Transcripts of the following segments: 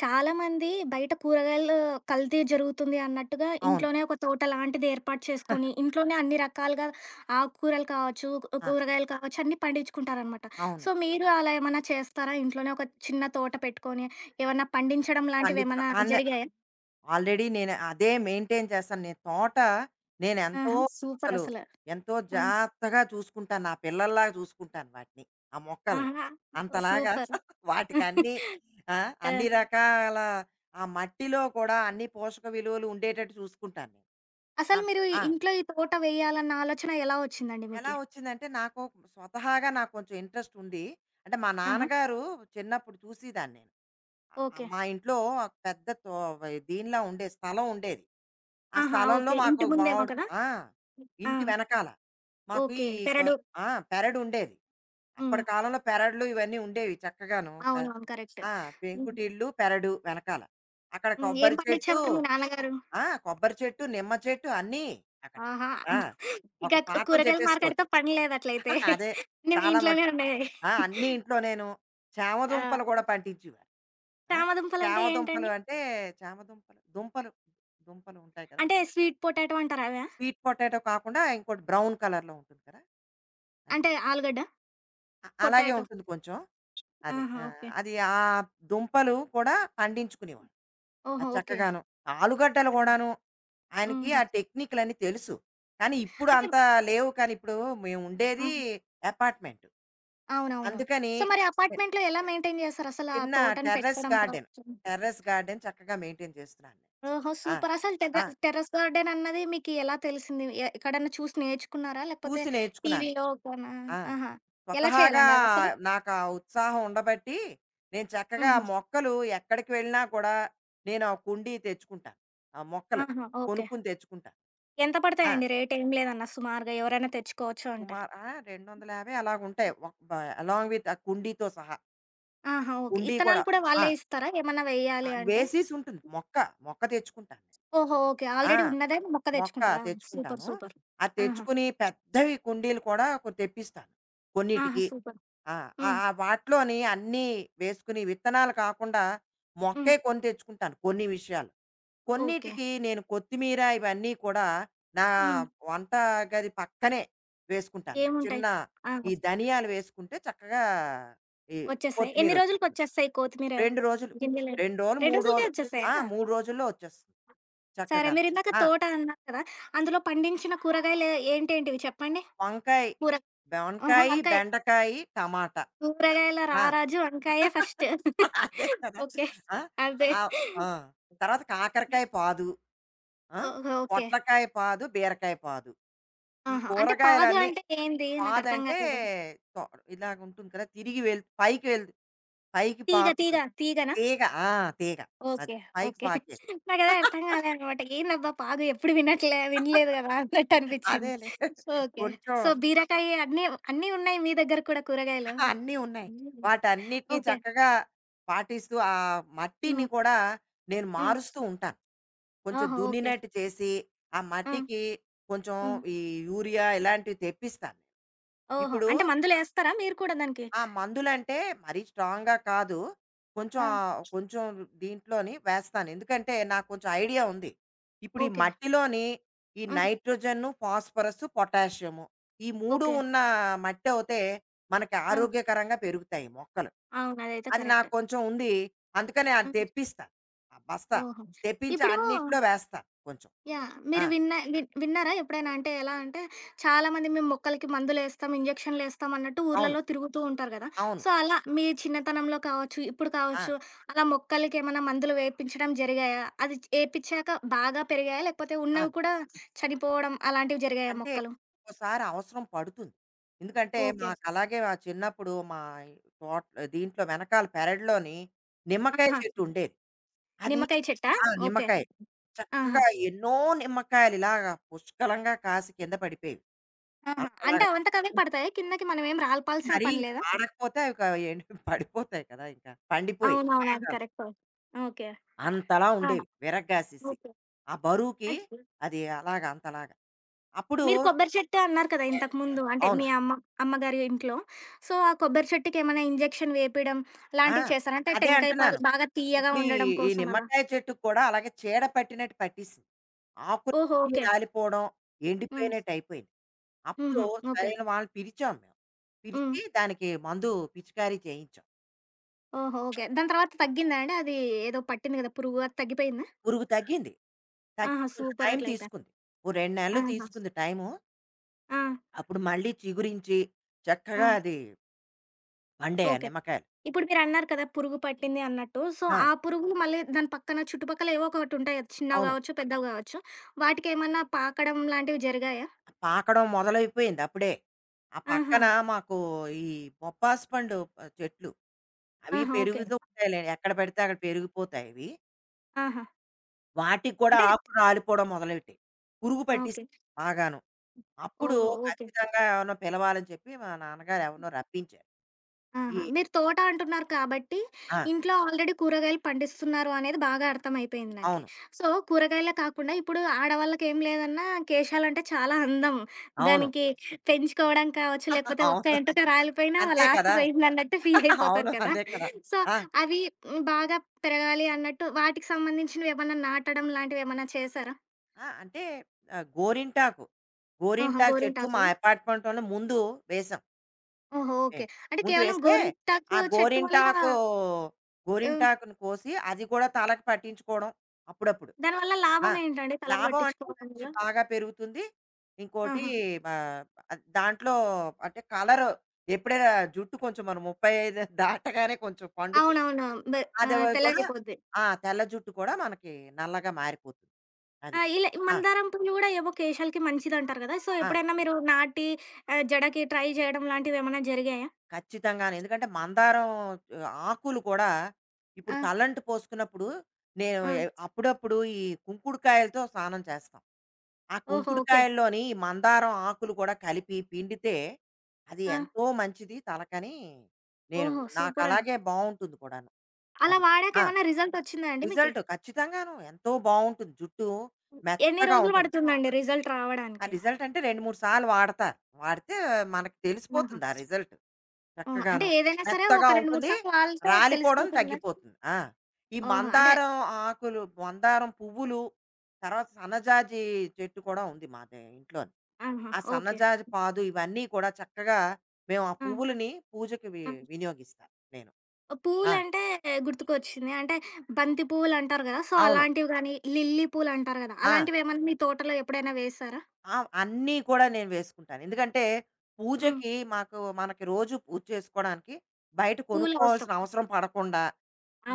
చాలామంది బయట కూరగాయలు కల్తీ జరుగుతుంది అన్నట్టుగా అవును. ఇంట్లోనే ఒక తోట లాంటిది ఏర్పాటు చేసుకొని, ఇంట్లోనే అన్ని రకాలుగా ఆకుకూరలు కావచ్చు, ఆ! కూరగాయలు కావచ్చు అన్నీ పండించుకుంటారనమాట. అవును. సో, మీరు అలా ఏమన్నా చేస్తారా? ఇంట్లోనే ఒక చిన్న తోట పెట్టుకొని, ఏమన్నా పండించడం పండించడం. లాంటివేమన్నా జరిగాయా? ఆల్రెడీ నేను అదే మెయింటైన్ చేస్తాను. నేను తోట నేనెంతో ఆహా! అసలు సూపరసల. ఎంతో ఆ! జాగ్రత్తగా చూసుకుంటాను. నా పిల్లల్లాగా చూసుకుంటాను వాటిని. ఆ మొక్కల్ని. ఆహా! అంతలాగా సూపర్. వాటికన్నీ ఆ! ఆ! అన్ని రకాల ఆ మట్టిలో కూడా అన్ని పోషక విలువలు ఉండేటట్టు చూసుకుంటాను నేను. అసలు ఆహ్, మీరు ఆ! ఇంట్లో ఈ తోట వేయాలన్న ఆలోచన ఎలా వచ్చిందండి ఎలా మీకి? వచ్చిందంటే స్వతహాగా నాకు కొంచెం ఇంట్రెస్ట్ ఉంది. అంటే మా ఆహా! నాన్నగారు చిన్నప్పుడు చూసేదాన్ని నేను. ఆ! ఆ! ఓకే. మా ఇంట్లో ఒక పెద్ద తో దీనిలా ఉండేది. స్థలం ఉండేది. ఆ ఆహా! స్థలంలో ఓకే. మాకు ఇంటి ఒక ముందేమో బావుడు కదా! ఆ! ఆ! ఇంటి వెనకాల మాకు ఓకే. ఈ కొ పెరడు. ఆ పెరడు ఉండేది. హ్మ్. అప్పటి కాలంలో పెరడులు ఇవన్నీ ఉండేవి చక్కగాను. పె అవునవును. కరెక్ట్. ఆ! హ్మ్. పెంకుటిల్లు, పెరడు వెనకాల. అక్కడ హ్మ్. ఏం కొబ్బరి చెట్టు పండించేవారు మీ నాన్నగారు? ఆ! కొబ్బరి చెట్టు, నిమ్మ చెట్టు అన్నీ అక్కడ. ఆహా! ఆ! ఇక ఒక పాఠం కూరగాయల మార్కెట్‌తో చెప్పేసుకోవచ్చు. పని లేదట్లయితే. అదే అన్నీ మీ చాలా ఇంట్లోనే మటుకు. ఉండేవి. అన్నీ ఇంట్లో నేను. ఆ! చామదుంపలు కూడా పండించేవారు. ఆ! చామ చామదుంపలంటే దుంపలు ఏంటండి? అంటే చామ దుంపలు, దుంపలు, దుంపలు ఉంటాయి కదా! అంటే స్వీట్ పొటాటో అంటారు అవా? స్వీట్ పొటాటో కాకుండా ఇంకోటి బ్రౌన్ కలర్‌లో ఉంటుంది కదా! అది. అంటే ఆలుగడ్డ? అలాగే పొటాటో. ఉంటుంది కొంచెం. అదే. ఆహా! ఆ! ఓకే. అది ఆ దుంపలు కూడా పండించుకునేవాళ్ళు. ఓహో! అది ఓకే. చక్కగాను. ఆలుగడ్డలు హుహు. గూడాను. ఆయనకి హుహు. ఆ టెక్నిక్‌లన్నీ తెలుసు. కానీ ఇప్పుడు అంటే అంత లేవు. కానీ ఇప్పుడు మేము ఆ! ఉండేది అపార్ట్మెంట్. అవునవును. అందుకని సో, మరి అపార్ట్‌మెంట్‌లో ఎలా మెయింటైన్ చేస్తారు? అసలు ఆ చిన్న తోటని టెర్రస్ పెట్టడం గార్డెన్. కావచ్చు. టెర్రస్ గార్డెన్ చక్కగా మెయింటైన్ చేస్తున్నాను. ఓహో! ఆ! సూపర్. అసలు ఆ! టెర్రస్ గార్డెన్ అన్నది మీకు ఎలా తెలిసింది? ఎక్కడన్నా చూసి నేర్చుకున్నారా? లేకపోతే చూసి నేర్చుకున్నాను. టీవీలో గానా? ఆ! ఆహా! ఎలా స్వతహాగా చేయాలండి అదసలు? నాకు ఆ ఉత్సాహం ఉండబట్టి, నేను చక్కగా ఆ హుహు. మొక్కలు ఎక్కడికి వెళ్ళినా కూడా నేను ఆ కుండీ తెచ్చుకుంటాను. ఆ మొక్కలు ఆహా! ఓకే. కొనుక్కొని తెచ్చుకుంటాను. ఎంత ఆ! పడతాయండి రేట్ ఏం లేదన్నా సుమారుగా ఎవరైనా తెచ్చుకోవచ్చు అంటే? సుమారు 250 అలాగుంటాయి. ఒక్ బ అలాంగ్ విత్ ఆ కుండీతో సహా. ఆహా! ఓకే. కుండీ కూడా. ఇత్తనాలు కూడా ఆ! వాళ్ళే ఇస్తారా? ఏమన్నా వెయ్యాలి అంటే? వేసేసి ఉంటుంది మొక్క. మొక్క తెచ్చుకుంటాను నేను. ఓహో! ఓకే. ఆ! ఆల్రెడీ ఉన్నదే మొక్క మొక్క తెచ్చుకుంటారా? సూపర్. తెచ్చుకుంటాను. సూపర్. అది ఆహా! తెచ్చుకుని పెద్దవి కుండీలు కూడా తెప్పిస్తాను ఆహా! కొన్నిటికి. సూపర్. ఆ! హ్మ్. ఆ వాటిలోని అన్నీ వేసుకుని, విత్తనాలు కాకుండా హ్మ్. మొక్కే కొని తెచ్చుకుంటాను కొన్ని విషయాలు. ఓకే. కొన్నిటికి నేను కొత్తిమీర ఇవన్నీ కూడా నా హ్మ్. వంట గది పక్కనే వేసుకుంటాను నేను. ఏముంటాయి? చిన్న ఆ! ఈ ధనియాలు వేసుకుంటే చక్కగా ఈ వచ్చేసాయి. కొత్తిమీర ఎన్ని వచ్చేస్తుంది. రోజులకొచ్చేస్తాయి కొత్తిమీర 2 రోజులు, గింజలు? 2 రోజులు, 2 3 రోజులకే రోజులు. వచ్చేసాయా? 3 రోజుల్లో వచ్చేస్తుంది సరే. చక్కగాను. మీరిందాక ఆ! తోట అన్నారు కదా! అందులో పండించిన కూరగాయలు ఏంటేంటివి చెప్పండి? వంకాయ, కూర ఆహా! వంకాయి, వంకాయ. బెండకాయి, టమాటా. కూరగాయల ఆ! రారాజు వంకాయే ఫస్ట్. అదే కదా! ఓకే. ఆ! అదే. ఆహ్, ఆ! తర్వాత కాకరకాయ పాదు, ఆ! ఓహో! ఓకే. పొట్లకాయ పాదు, బీరకాయ పాదు. ఈ ఆహా! అంటే పాదు కూరగాయలన్నీ. అంటే ఏంది? నాకర్థం పాదంటే కాలేదు. తొ ఇలాగుంటుంది కదా! తిరిగి వెళ్ పైకి వెళ్ పైకి తీగ తీగ పాకుతుంది. తీగన? తీగ. ఆ! తీగ. అది. ఓకే. పైకి ఓకే. పాకేది. నాకదే అర్థం కాలేదనమాట. ఏందబ్బా పాగు ఎప్పుడు వినలేదు గదా! అన్నట్టనిపిచ్చింది. అదేలే. ఓకే. కొంచెం. సో, బీరకాయ అన్నీ అన్నీ ఉన్నాయి మీ దగ్గర కూడా కూరగాయలు? అన్నీ ఉన్నాయి. హ్మ్. వాటన్నిటిని ఓకే. చక్కగా పాటిస్తూ ఆ మట్టిని హ్మ్. కూడా నేను హ్మ్. మారుస్తూ ఉంటాను. కొంచెం ఆహా! ఓకే. దున్నినట్టు చేసి, ఆ హ్మ్. మట్టికి కొంచెం హ్మ్. ఈ యూరియా ఇలాంటివి తెప్పిస్తాను నేను. ఓహో! ఇప్పుడు అంటే మందులేస్తారా మీరు కూడా దానికి? ఆ మందులంటే మరీ స్ట్రాంగ్‌గా కాదు. కొంచెం ఆ! కొంచెం దీంట్లోని వేస్తాను. ఎందుకంటే నాకు కొంచెం ఐడియా ఉంది. ఇప్పుడు ఈ ఓకే. మట్టిలోని ఈ హ్మ్. నైట్రోజను, ఫాస్ఫరస్, పొటాషియము ఈ 3 ఓకే. ఉన్న మట్టి అవుతే మనకి ఆ! ఆరోగ్యకరంగా పెరుగుతాయి మొక్కలు. అవును. అదైతే అది నాకు కరెక్టే. కొంచెం ఉంది. అందుకని అది హ్మ్. తెప్పిస్తా. ఆ బస్తా ఓహో! తెప్పించి ఇప్పుడు అన్నిట్లో వేస్తా కొంచెం. యాహ్! ఆ! మీరు విన్న విన్నారా ఎప్పుడైనా? అంటే ఎలా అంటే చాలామంది మేము మొక్కలకి మందులేస్తాం, ఇంజెక్షన్‌లేస్తాం అన్నట్టు అవును. ఊర్లలో తిరుగుతూ ఉంటారు కదా! అవును. సో, అలా మీ చిన్నతనంలో కావచ్చు, ఇప్పుడు ఆ! కావచ్చు అలా మొక్కలకి ఏమన్నా మందులు వేపించడం జరిగాయా? అది ఏపిచ్చాక బాగా పెరిగాయా? లేకపోతే ఉన్నవి అది. కూడా చనిపోవడం అలాంటివి జరిగాయా అంటే మొక్కలు? ఒక్కోసారి అవసరం పడుతుంది. ఎందుకంటే ఓకే. మాకలాగే మా చిన్నప్పుడు మా తోట్ దీంట్లో వెనకాల పెరడ్లోని నిమ్మకాయ ఆహా! చెట్టు ఉండేది. అది. నిమ్మకాయ చెట్టా? ఓకే. నిమ్మకాయ. ఆహా! చక్కగా ఎన్నో నిమ్మకాయలు ఇలాగా పుష్కలంగా కాసి కింద పడిపోయేవి. ఆహా! అంటే అంతలాగా. అవంతకు అవే పడతాయా? కిందకి మనమేం రాల్పాల్సిన మరీ పని ఇంక లేదా? వాడకపోతే అవి ఎండి పడిపోతాయి కదా! ఇంకా పండిపోయి అవునవును. అది బాగాను. కరెక్టే. ఓకే. అంతలా ఆ! ఉండేవి విరగ్గాసేసి. ఓకే. ఆ బరువుకి అన్ అది అలాగా అంతలాగా. అప్పుడు మీరు కొబ్బరి చెట్టు అన్నారు కదా ఇంతకుముందు. అంటే అవును. మీ అమ్మ అమ్మగారి ఇంట్లో. సో, ఆ కొబ్బరి చెట్టుకేమైనా ఇంజెక్షన్ వేపియడం ఆ! లాంటివి చేశారా? అంటే అదే టెంకాయ పాలు అంటున్నాను. బాగా తీయగా ఇప్పుడు ఉండడం ఈ కోసం అలా. నిమ్మకాయ చెట్టుకి కూడా అలాగే చీడ పట్టినట్టు పట్టేసింది. ఓహో! ఆకులన్నీ ఓకే. రాలిపోవడం, హ్మ్. ఎండిపోయినట్టు అయిపోయింది. అప్పుడు హుహు. ఓకే. సరైన వాళ్ళని పిలిచాం మేము. హ్మ్. పిలిచి దానికి మందు పిచికారీ చేయించాం. ఓహో! ఓకే. దాని తర్వాత తగ్గిందా అండి? అది ఏదో పట్టింది కదా! పురుగు అది తగ్గిపోయిందా? పురుగు తగ్గింది. తగ్గి ఆహా! కొంచెం సూపర్ టైం అట్లయితే. తీసుకుంది. ఓ 2 నెలలు ఆహా! తీసుకుంది టైము. ఆ! అప్పుడు మళ్ళీ చిగురించి ఆ! చక్కగా అది పండాయి ఆ ఓకే. నిమ్మకాయలు. ఇప్పుడు మీరన్నారు కదా! పురుగు పట్టింది అన్నట్టు. సో, ఆ! ఆ పురుగులు మళ్ళీ దాని పక్కన చుట్టుపక్కల ఏవో ఒకటుంటాయి కదా! చిన్నవి అవును. గావచ్చు, పెద్దవి గావచ్చు. వాటికేమన్నా పాకడం లాంటివి జరిగాయా? పాకడం మొదలైపోయింది అప్పుడే. ఆ ఆహా! పక్కన మాకు ఈ బొప్పాసు పండు చెట్లు అవి ఆహా! ఓకే. పెరుగుతూ ఉంటాయిలే. ఎక్కడ పడితే అక్కడ పెరిగిపోతాయి అవి. ఆహా! వాటికి కూడా అంటే ఆకులు రాలిపోవడం మొదలెట్టాయి. పురుగు ఆ! ఓకే. పట్టిస్తుంది బాగాను. అప్పుడు ఓహో! ఓకే. ఖచ్చితంగా ఎవరినో పిలవాలని చెప్పి మా నాన్నగారు ఎవరినో రప్పించారు. ఆహా! ఈ మీరు తోట అంటున్నారు కాబట్టి, ఆ! ఇంట్లో ఆల్రెడీ కూరగాయలు పండిస్తున్నారు అనేది బాగా అర్థమైపోయింది నాకి. అవును. సో, కూరగాయలే కాకుండా ఇప్పుడు ఆడవాళ్ళకేం లేదన్నా కేశాలంటే చాలా అందం. అవును. దానికి పెంచుకోవడం కావచ్చు, లేకపోతే అవును. ఒక్క ఎంటుక రాలిపోయినా అంతే లాస్ట్ కదా! పోయిందన్నట్టు ఫీల్ అయిపోతారు అవును. కదా! అదే కదా! సో, ఆ! అవి హ్మ్, బాగా పెరగాలి అన్నట్టు వాటికి సంబంధించినవేమన్నా నాటడం లాంటివేమన్నా చేశారా? ఆ! అంటే గోరింటాకు, ఆహా! గోరింటాకు చెట్టు మా గోరింటాకు. అపార్ట్‌మెంట్‌లోనే ముందు వేశాం ఓహో! ఓకే. నేను. అంటే ముందు కేవలం వేస్తే గోరింటాకు ఆ చెట్టు వల్ల గోరింటాకు, ఆహ్, గోరింటాకును కోసి అది కూడా తలకు పట్టించుకోవడం అప్పుడప్పుడు. దానివల్ల ఆ! లాభం ఏంటండి తలకు లాభం అంటే పట్టించుకోవడం మంచి వల్ల? బాగా పెరుగుతుంది. ఇంకోటి ఆహా! ఆహ్, దాంట్లో అంటే కలర్. ఎప్పుడైనా జుట్టు కొంచెం మనం 35 దాటగానే కొంచెం పండుతుంది. అవునవును. బె అది ఆహ్, కూడా. తెల్లగయిపోద్ది. తెల్ల జుట్టు కూడా మనకి నల్లగా మారిపోతుంది. ఆ! అది. ఇలా ఆ! మందారం పూలు గూడా ఏవో కేశాలకి మంచిదంటారు గదా! సో, ఆ! ఎప్పుడైనా మీరు నాటి జడకి ట్రై చేయడం లాంటివేమన్నా జరిగాయా? ఖచ్చితంగాను. ఎందుకంటే మందారం ఆ, ఆకులు కూడా ఇప్పుడు ఆ! తలంటు పోసుకున్నప్పుడు నేను ఆ! అప్పుడప్పుడు ఈ కుంకుడుకాయలతో స్నానం చేస్తాం. ఆ ఓహో! ఓకే. కుంకుడుకాయల్లోని ఈ మందారం ఆకులు కూడా కలిపి పిండితే అది ఆ! ఎంతో మంచిది తలకని. నేను ఓహో! నాకు సూపరండి. అలాగే బావుంటుంది కూడాను. అలా అది. వాడాక ఆ! ఏమన్నా రిజల్టొచ్చిందా అండి మీకి? రిజల్ట్ ఖచ్చితంగాను ఎంతో బావుంటుంది. జుట్టు ఎన్ని మెత్తగా రోజులు ఉంటుంది. పడుతుందండి రిజల్ట్ ఆ రావడానికి? రిజల్ట్ అంటే 2, 3 సార్లు వాడతారు. వాడితే మనకు ఆహా! తెలిసిపోతుంది ఆ రిజల్ట్. ఓహ్! చక్కగాను అంటే ఏదైనా సరే మెత్తగా ఒక 2, 3 ఉంటుంది. సార్లు వాడితే రాలిపోవడం తెలిసిపోతుందా? తగ్గిపోతుంది. ఈ ఓహో! అంటే మందారం ఆకులు, మందారం పువ్వులు, తర్వాత సన్నజాజి చెట్టు కూడా ఉంది మా ఇంట్లోని. ఆహా! ఆ ఓకే. సన్నజాజి పాదు ఇవన్నీ కూడా చక్కగా మేము ఆ ఆ! పువ్వులని పూజకి ఆ! వినియోగిస్తాను నేను. ఆ! పూలంటే గుర్తుకొచ్చింది. అంటే బంతి పువ్వులంటారు గదా! సో, అవును. అలాంటివి గానీ, లిల్లీ పూలంటారు గదా! ఆ! అలాంటివేమన్నా మీ తోటలో ఎప్పుడైనా వేశారా? ఆ! అన్నీ కూడా నేను వేసుకుంటాను. ఎందుకంటే హ్మ్. పూజకి మనకి రోజు పూజ చేసుకోవడానికి బయట పూలవసరం. కొనుక్కోవాల్సిన అవసరం పడకుండా.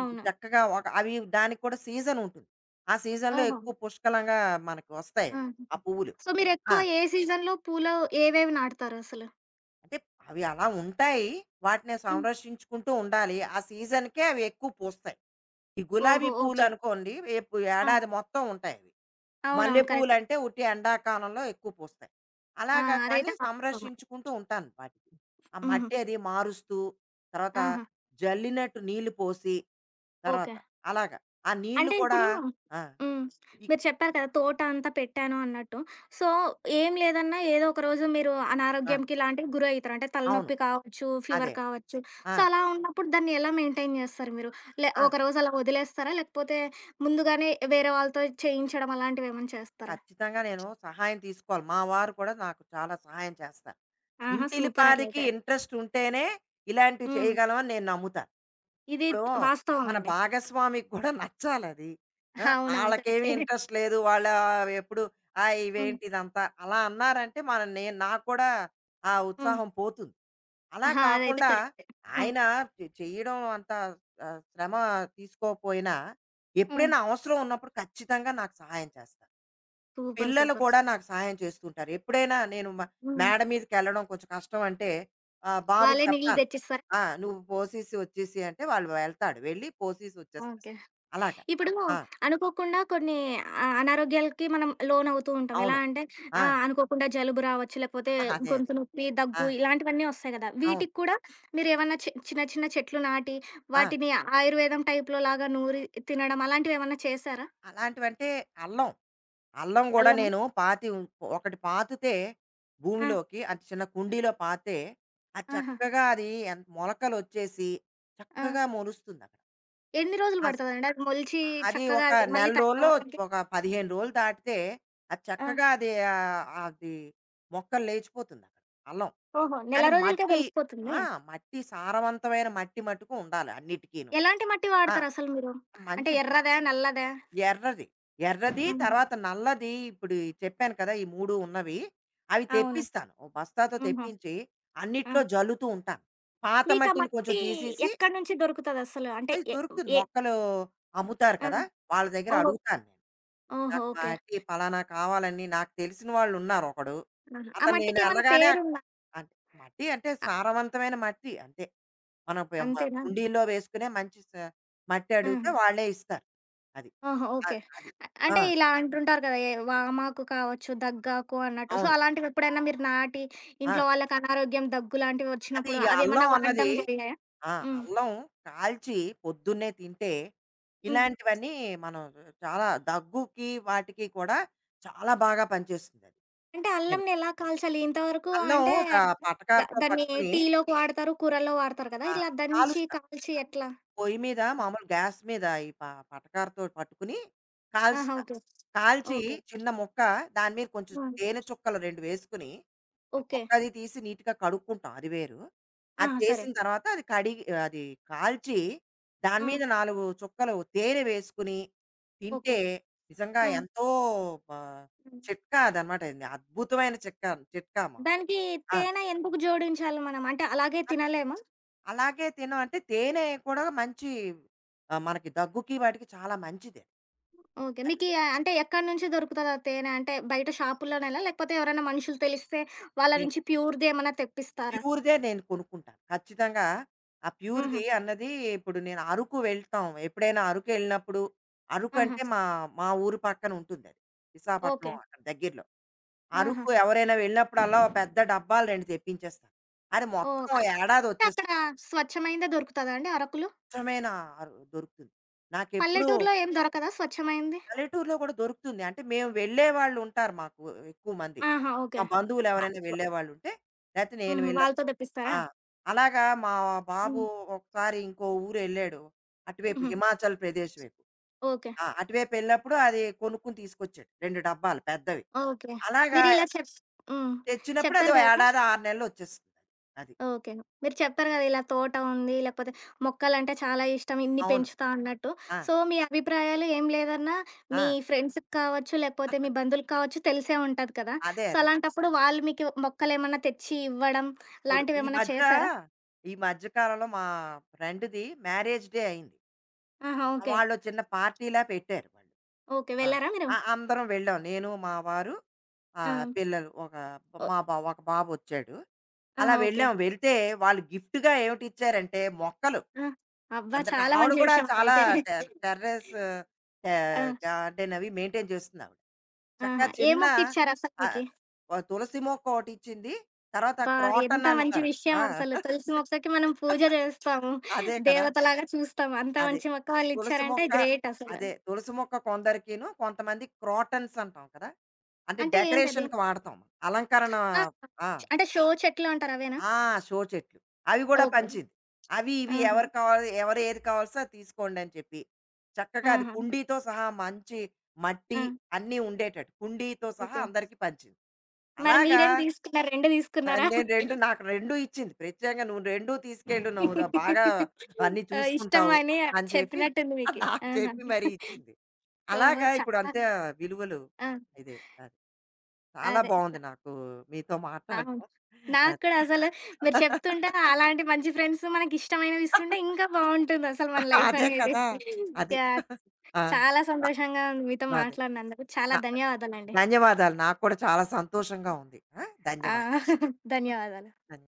ఇవి చక్కగా ఒక అవి దానికి కూడా సీజన్ ఉంటుంది. ఆ సీజన్‌లో ఓహో! ఎక్కువ పుష్కలంగా మనకు వస్తాయి ఆ! అవి. ఆ పువ్వులు. సో, ఆ! మీరెక్కువ ఏ సీజన్‌లో పూలు ఏవేవి నాటుతారసలు? అంటే అవి అలా ఉంటాయి. వాటిని హ్మ్. సంరక్షించుకుంటూ ఉండాలి. ఆ సీజన్‌కే అవి ఎక్కువ పూస్తాయి. ఈ గులాబీ ఓహో! పువ్వులు ఓకే. అనుకోండి రేపు ఆ! ఏడాది మొత్తం ఉంటాయి అవి. మల్లె అవునవును. కరెక్ట్. పువ్వులంటే ఉట్టి ఎండాకాలంలో ఎక్కువ పూస్తాయి. ఆ! అలాగా, కానీ అదైతే వాస్తవమే. సంరక్షించుకుంటూ ఉంటాను వాటికి. ఆ హుహు. మట్టి అది మారుస్తూ, తర్వాత ఆహా! జల్లినట్టు నీళ్లు పోసి, తర్వాత ఓకే. అలాగా. ఆ నీళ్లు అంటే కూడా. ఇప్పుడు ఆ! హ్మ్. ఈ మీరు చెప్పారు కదా! తోట అంతా పెట్టాను అన్నట్టు. సో, ఏం లేదన్నా ఏదో ఒక రోజు మీరు ఆ! అనారోగ్యంకి ఇలాంటివి గురయితారు. అంటే అవును. తలనొప్పి కావచ్చు, ఫీవర్ అదే. కావచ్చు. ఆ! సో, అలా ఉన్నప్పుడు దాన్ని ఎలా మెయింటైన్ చేస్తారు మీరు? ఆ! ఒకరోజు అలా వదిలేస్తారా? లేకపోతే ముందుగానే వేరే వాళ్ళతో చేయించడం అలాంటివేమన్నా చేస్తారా? ఖచ్చితంగా నేను సహాయం తీసుకోవాలి. మా వారు కూడా నాకు చాలా సహాయం చేస్తారు. ఆహా! సూపర్ ఇంటిలిపాదికి అట్లయితే. ఇంట్రెస్ట్ ఉంటేనే ఇలాంటివి హ్మ్. చేయగలమని నేను నమ్ముతాను. ఇది ఇప్పుడు వాస్తవం మన అండి. భాగస్వామికి కూడా నచ్చాలది. ఆ! అవునవును. ఆళ్ళకేమి కరెక్టే. ఇంట్రెస్ట్ లేదు. వాళ్ళ ఎప్పుడు హ్మ్. ఇవేంటి ఇదంతా అలా అన్నారంటే నేను నాకు కూడా ఆ హ్మ్. ఉత్సాహం పోతుంది. అలా ఆహా! అదైతే కాకుండా కరెక్టే. హ్మ్. ఆయన చెయ్యడం అంత శ్రమ తీసుకోకపోయినా హ్మ్. ఎప్పుడైనా అవసరం ఉన్నప్పుడు ఖచ్చితంగా నాకు సహాయం చేస్తారు. సూపర్. పిల్లలు సూపర్. కూడా నాకు సహాయం చేస్తుంటారు. ఎప్పుడైనా నేను హ్మ్. మేడ మీదకెళ్ళడం కొంచెం కష్టం అంటే బాబుకి వాళ్ళే నీళ్ళు చెప్తాను. తెచ్చిస్తారా? "నువ్వు పోసేసి వచ్చేసేయి" అంటే వాళ్ళు వెళ్తాడు. వెళ్ళి పోసేసి వచ్చేస్తాడు. ఓకే. అలాగా. ఇప్పుడు ఆ! అనుకోకుండా కొన్ని అనారోగ్యాలకి మనం లోనవుతూ ఉంటాం. ఎలా అవును. అంటే ఆ! ఆహ్, అనుకోకుండా జలుబు రావచ్చు, లేకపోతే అదే. అదే. గొంతు నొప్పి, ఆ! దగ్గు ఇలాంటివన్నీ ఒస్తాయి గదా! అవును. వీటికి కూడా మీరేమన్నా చిన్న చిన్న చెట్లు నాటి, ఆ! వాటిని ఆయుర్వేదం టైప్‌లో లాగా నూరి తినడం అలాంటివేమన్నా చేశారా? అలాంటివంటే అల్లం. అల్లం గూడా అల్లము నేను పాతి ఉ ఒకటి పాతితే, ఆ! భూమిలోకి అది చిన్న కుండీలో పాతితే అది ఆహా! చక్కగా అది మొలకలొచ్చేసి ఆ! చక్కగా మొలుస్తుందక్కడ. ఎన్ని రోజులు ఆ! పడతదండి అది మొలిచి అ అది చక్కగా ఒక అది మళ్ళీ నెల రోజుల్లో, తయారవ్వడానికి? ఒక 15 రోజులు దాటితే అది ఆ! చక్కగా అది మొక్కలు లేచిపోతుందక్కడ అల్లం. ఓహో! నెల కానీ రోజులకే మట్టి. తెలిసిపోతుంది. ఆ! మట్టి సారవంతమైన మట్టి మట్టుకు ఉండాలి అన్నిటికీను. ఎలాంటి మట్టి ఆ! వాడతారసలు మీరు? అంటే మంచి ఎర్రదా? నల్లదా? ఎర్రది. ఎర్రది ఆహా! తర్వాత నల్లది. ఇప్పుడు ఈ చెప్పాను కదా! ఈ 3 ఉన్నవి. అవి అవును. తెప్పిస్తాను. ఓ బస్తాతో హుహు. తెప్పించి ఆ! అన్నిట్లో జల్లుతూ ఉంటాను. పాత మీకా మట్టిని కొంచెం మట్టి తీసేసి. ఎక్కడి నుంచి దొరుకుతదసలు? అంటే అది దొరుకుతుంది. ఏ మొక్కలు అమ్ముతారు ఆ! కదా! వాళ్ళ దగ్గర ఓహో! అడుగుతాను నేను. ఓహో! నాకు ఓకే. మట్టి పలానా కావాలని నాకు తెలిసిన వాళ్ళున్నారు ఒకడు. ఆహా! ఆ అతను నేను మట్టికేమన్నా ఎళ్ళగానే పేరుందా? అన్ మట్టి అంటే అ సారవంతమైన మట్టి అంతే. మనం పె మ అంతేనా? కుండీల్లో వేసుకునే మంచి స మట్టి ఆ! అడిగితే వాళ్ళే ఇస్తారు. అది. ఓహో! ఓకే. అది. ఆ! అంటే ఇలా అంటుంటారు కదా! ఏ వామాకు కావచ్చు, దగ్గాకు అన్నట్టు. సో, అవును. అలాంటివెప్పుడైనా మీరు నాటి ఆ! ఇంట్లో వాళ్ళకి అనారోగ్యం, దగ్గు అదే లాంటివొచ్చినప్పుడు ఈ అల్లం అవేమన్నా అన్నది. వాడడం జరిగాయా? ఆ! హ్మ్. అల్లం కాల్చి పొద్దున్నే తింటే హ్మ్. ఇలాంటివన్నీ మనం చాలా దగ్గుకి వాటికి కూడా చాలా బాగా పనిచేస్తుందది. అంటే నేను అల్లంని ఎలా కాల్చాలి? ఇంతవరకు అల్లం అంటే ద పటకారతో దాన్ని పట్టుకొని టీలోకి వాడతారు, కూరల్లో వాడతారు కదా! ఆ! ఇలా దంచి, కాలుస్తా. కాల్చి ఎట్లా? పొయ్యి మీద మామూలు గ్యాస్ మీద ఈ ప పటకారతో పట్టుకుని ఆహా! కాల్స్తా. ఓకే. కాల్చి ఓకే. చిన్న ముక్క దాని మీద కొంచెం ఆ! తేనె చుక్కలు 2 వేసుకుని, ఆ ఓకే. తొక్క అది తీసి నీట్‌గా కడుక్కుంటాం అది వేరు. ఆ! అది సరే. చేసిన తర్వాత అది కడిగి అది కాల్చి దాని ఆ! మీద 4 చుక్కలు తేనె వేసుకుని ఓకే. తింటే నిజంగా హ్మ్. ఎంతో బ హ్మ్. చిట్కా అదనమాట. ఇది అద్భుతమైన చిట్కా చిట్కా మాకు. దానికి ఆ! తేనె ఎందుకు జోడించాలి మనం? అంటే అలాగే అంతే. తినలేమా? అలాగే తినం అంటే తేనె కూడా మంచి మనకి దగ్గుకి వాటికి చాలా మంచిది ఓకే. అది. మీకీ అంటే ఎక్కడి నుంచి దొరుకుతది ఆ తేనె? అంటే బయట షాపుల్లోనేనా? లేకపోతే ఎవరైనా మనుషులు తెలిస్తే వాళ్ళ నేను నుంచి ప్యూర్‌ది ఏమన్నా తెప్పిస్తారా? ప్యూర్దే నేను కొనుక్కుంటాను ఖచ్చితంగా. ఆ హుహు. ప్యూర్ది అన్నది ఇప్పుడు నేను అరకు వెళ్తాం. ఎప్పుడైనా అరకు వెళ్ళినప్పుడు అరకు ఆహా! అంటే మా మా ఊరు పక్కన ఉంటుంది అది. విశాఖపట్నం ఓకే. అక్కడ దగ్గరలో. ఆహా! అరకు ఎవరైనా వెళ్ళినప్పుడల్లా ఓ పెద్ద డబ్బాలు రెండు తెప్పించేస్తాను. అది మొత్తం ఓహ్! ఓ ఏడాది అంటే వచ్చే అక్కడ స్వచ్ఛమైనదే దొరుకుతదా అండి అరకులో? స్వచ్ఛమైన దొరుకుతుంది నాకెప్పుడు. పల్లెటూరులో ఏం దొరకదా స్వచ్ఛమైంది? పల్లెటూరులో కూడా దొరుకుతుంది. అంటే మేము వెళ్ళేవాళ్ళు ఉంటారు మాకు ఎక్కువ మంది. ఆహా! మా ఓకే. బంధువులు ఎవరైనా అబ్బ! వెళ్ళేవాళ్ళుంటే, లేతే నేను హుహు. వెళ్ళినప్పుడు. వాళ్ళతో ఆ! తెప్పిస్తారా? అలాగా మా బాబు హ్మ్. ఒకసారి ఇంకో ఊరెళ్ళాడు. అటువైపు హుహు. హిమాచల్ ప్రదేశ్ వైపు. ఓకే. అటువైపు ఎళ్ళినప్పుడు అది కొనుక్కొని తీసుకొచ్చాడు. 2 డబ్బాలు పెద్దవి. ఓకే. అలాగా మీరిలా చెప్ హ్మ్. తెచ్చినప్పుడు అది చెప్పారు ఓ గదా! ఏడాది, 6 నెలల్లో వచ్చేస్తుంది. అది. ఓకే. మీరు చెప్పారు గదా! ఇలా తోట ఉంది, లేకపోతే మొక్కలంటే చాలా ఇష్టం, ఇన్ని అవును. పెంచుతా అన్నట్టు. ఆ! సో, మీ అభిప్రాయాలు ఏం లేదన్నా ఆ! మీ ఫ్రెండ్స్‌కి కావచ్చు, లేకపోతే మీ బంధువులకు కావచ్చు తెలిసే ఉంటది కదా! అదే. సో, అదే. అలాంటప్పుడు వాళ్ళు మీకు మొక్కలేమన్నా తెచ్చి ఇవ్వడం ఇప్పుడు లాంటివేమన్నా చేశారా? ఈ మధ్య కాలంలో మా ఫ్రెండ్‌ది మ్యారేజ్ డే అయింది. ఆహా! ఓకే. వాళ్ళు చిన్న పార్టీలా పెట్టారు వాళ్ళు. ఓకే. ఆ! వెళ్లారా మీరు? ఆ! అందరం వెళ్ళాం. నేను, మా వారు, ఆ! పిల్లలు ఒక బ- ఓ మా బా ఒక బాబొచ్చాడు. అలా ఆహా! ఓకే. వెళ్ళాం. వెళ్తే వాళ్ళు గిఫ్ట్‌గా ఏమిటిచ్చారంటే మొక్కలు. ఆ! అబ్బా! అంతట చాలా ఆవిడ మంచి కూడా విషయం చాలా అదైతే. టెర్రస్ ఆ! గార్డెన్ అవి మెయింటైన్ చేస్తుందావిడ. చక్కగా ఆహా! ఏ చిన్న మొక్కిచ్చారసలు ఆహ్, మీకి? ఓ తులసి మొక్క ఒకటిచ్చింది. తర్వాత అబ్బా! ఎంత క్రోటన్ మంచి అంటారు. విషయం ఆ! అసలు. తులసి మొక్కకి మనం పూజ జేస్తాము. అదే కదా! దేవతలాగా చూస్తాము. అంత అదే. మంచి మొక్క తులసి వాళ్ళిచ్చారంటే మొక్క గ్రేట్ అసలు. అదే తులసి మొక్క కొందరికిను. కొంతమంది క్రాటన్స్ అంటాం కదా, అంటే అంటే ఏంటది? డెకరేషన్ కి వాడతాం మనం. అలంకరణ. ఆ! ఆ అంటే షో చెట్లు అంటారు అవేనా? ఆ, షో చెట్లు అవి కూడా ఓకే. పంచింది. అవి ఇవి ఆహా! ఎవరు కావాలి ఎవరు ఏది కావాల్సో అది తీసుకోండి అని చెప్పి చక్కగా అది ఆహా! కుండీతో సహా మంచి ఆ! మట్టి అన్నీ ఉండేటట్టు కుండీతో సహా ఓకే. అందరికీ పంచింది. మరి అలాగా. మీరేం తీసుకున్నారు? 2 తీసుకున్నారా? నేను 2 నాకు 2 ఇచ్చింది. ప్రత్యేకంగా "నువ్వు 2 తీసుకెళ్ళు నువ్వు బాగా అన్నీ ఆ! ఇష్టం చూసుకుంటావు" అని అని చెప్పి చెప్పినట్టుంది మీకి. నాకు ఆహా! చెప్పి మరీ ఇచ్చింది. ఓహో! అలాగా ఇప్పుడు చాలా అంతే విలువలు. ఆ! ఇదే. అది. చాలా అదే. బావుంది నాకు మీతో అవును. మాట్లాడడం. నాకు అది. కూడా అసలు మీరు చెప్తుంటే అలాంటి మంచి ఫ్రెండ్స్ మనకిష్టమైనవిస్తుంటే ఇంకా బావుంటుందసలు మన లైఫ్ అదే అనేది. కదా! అది. యాహ్! ఆ! చాలా అ సంతోషంగా ఉంది మీతో అదే. మాట్లాడినందుకు. చాలా నా ధన్యవాదాలండి. ధన్యవాదాలు. నాకు కూడా చాలా సంతోషంగా ఉంది. ఆ! ధన్యవాదాలు. ధన్యవాదాలు. ధన్య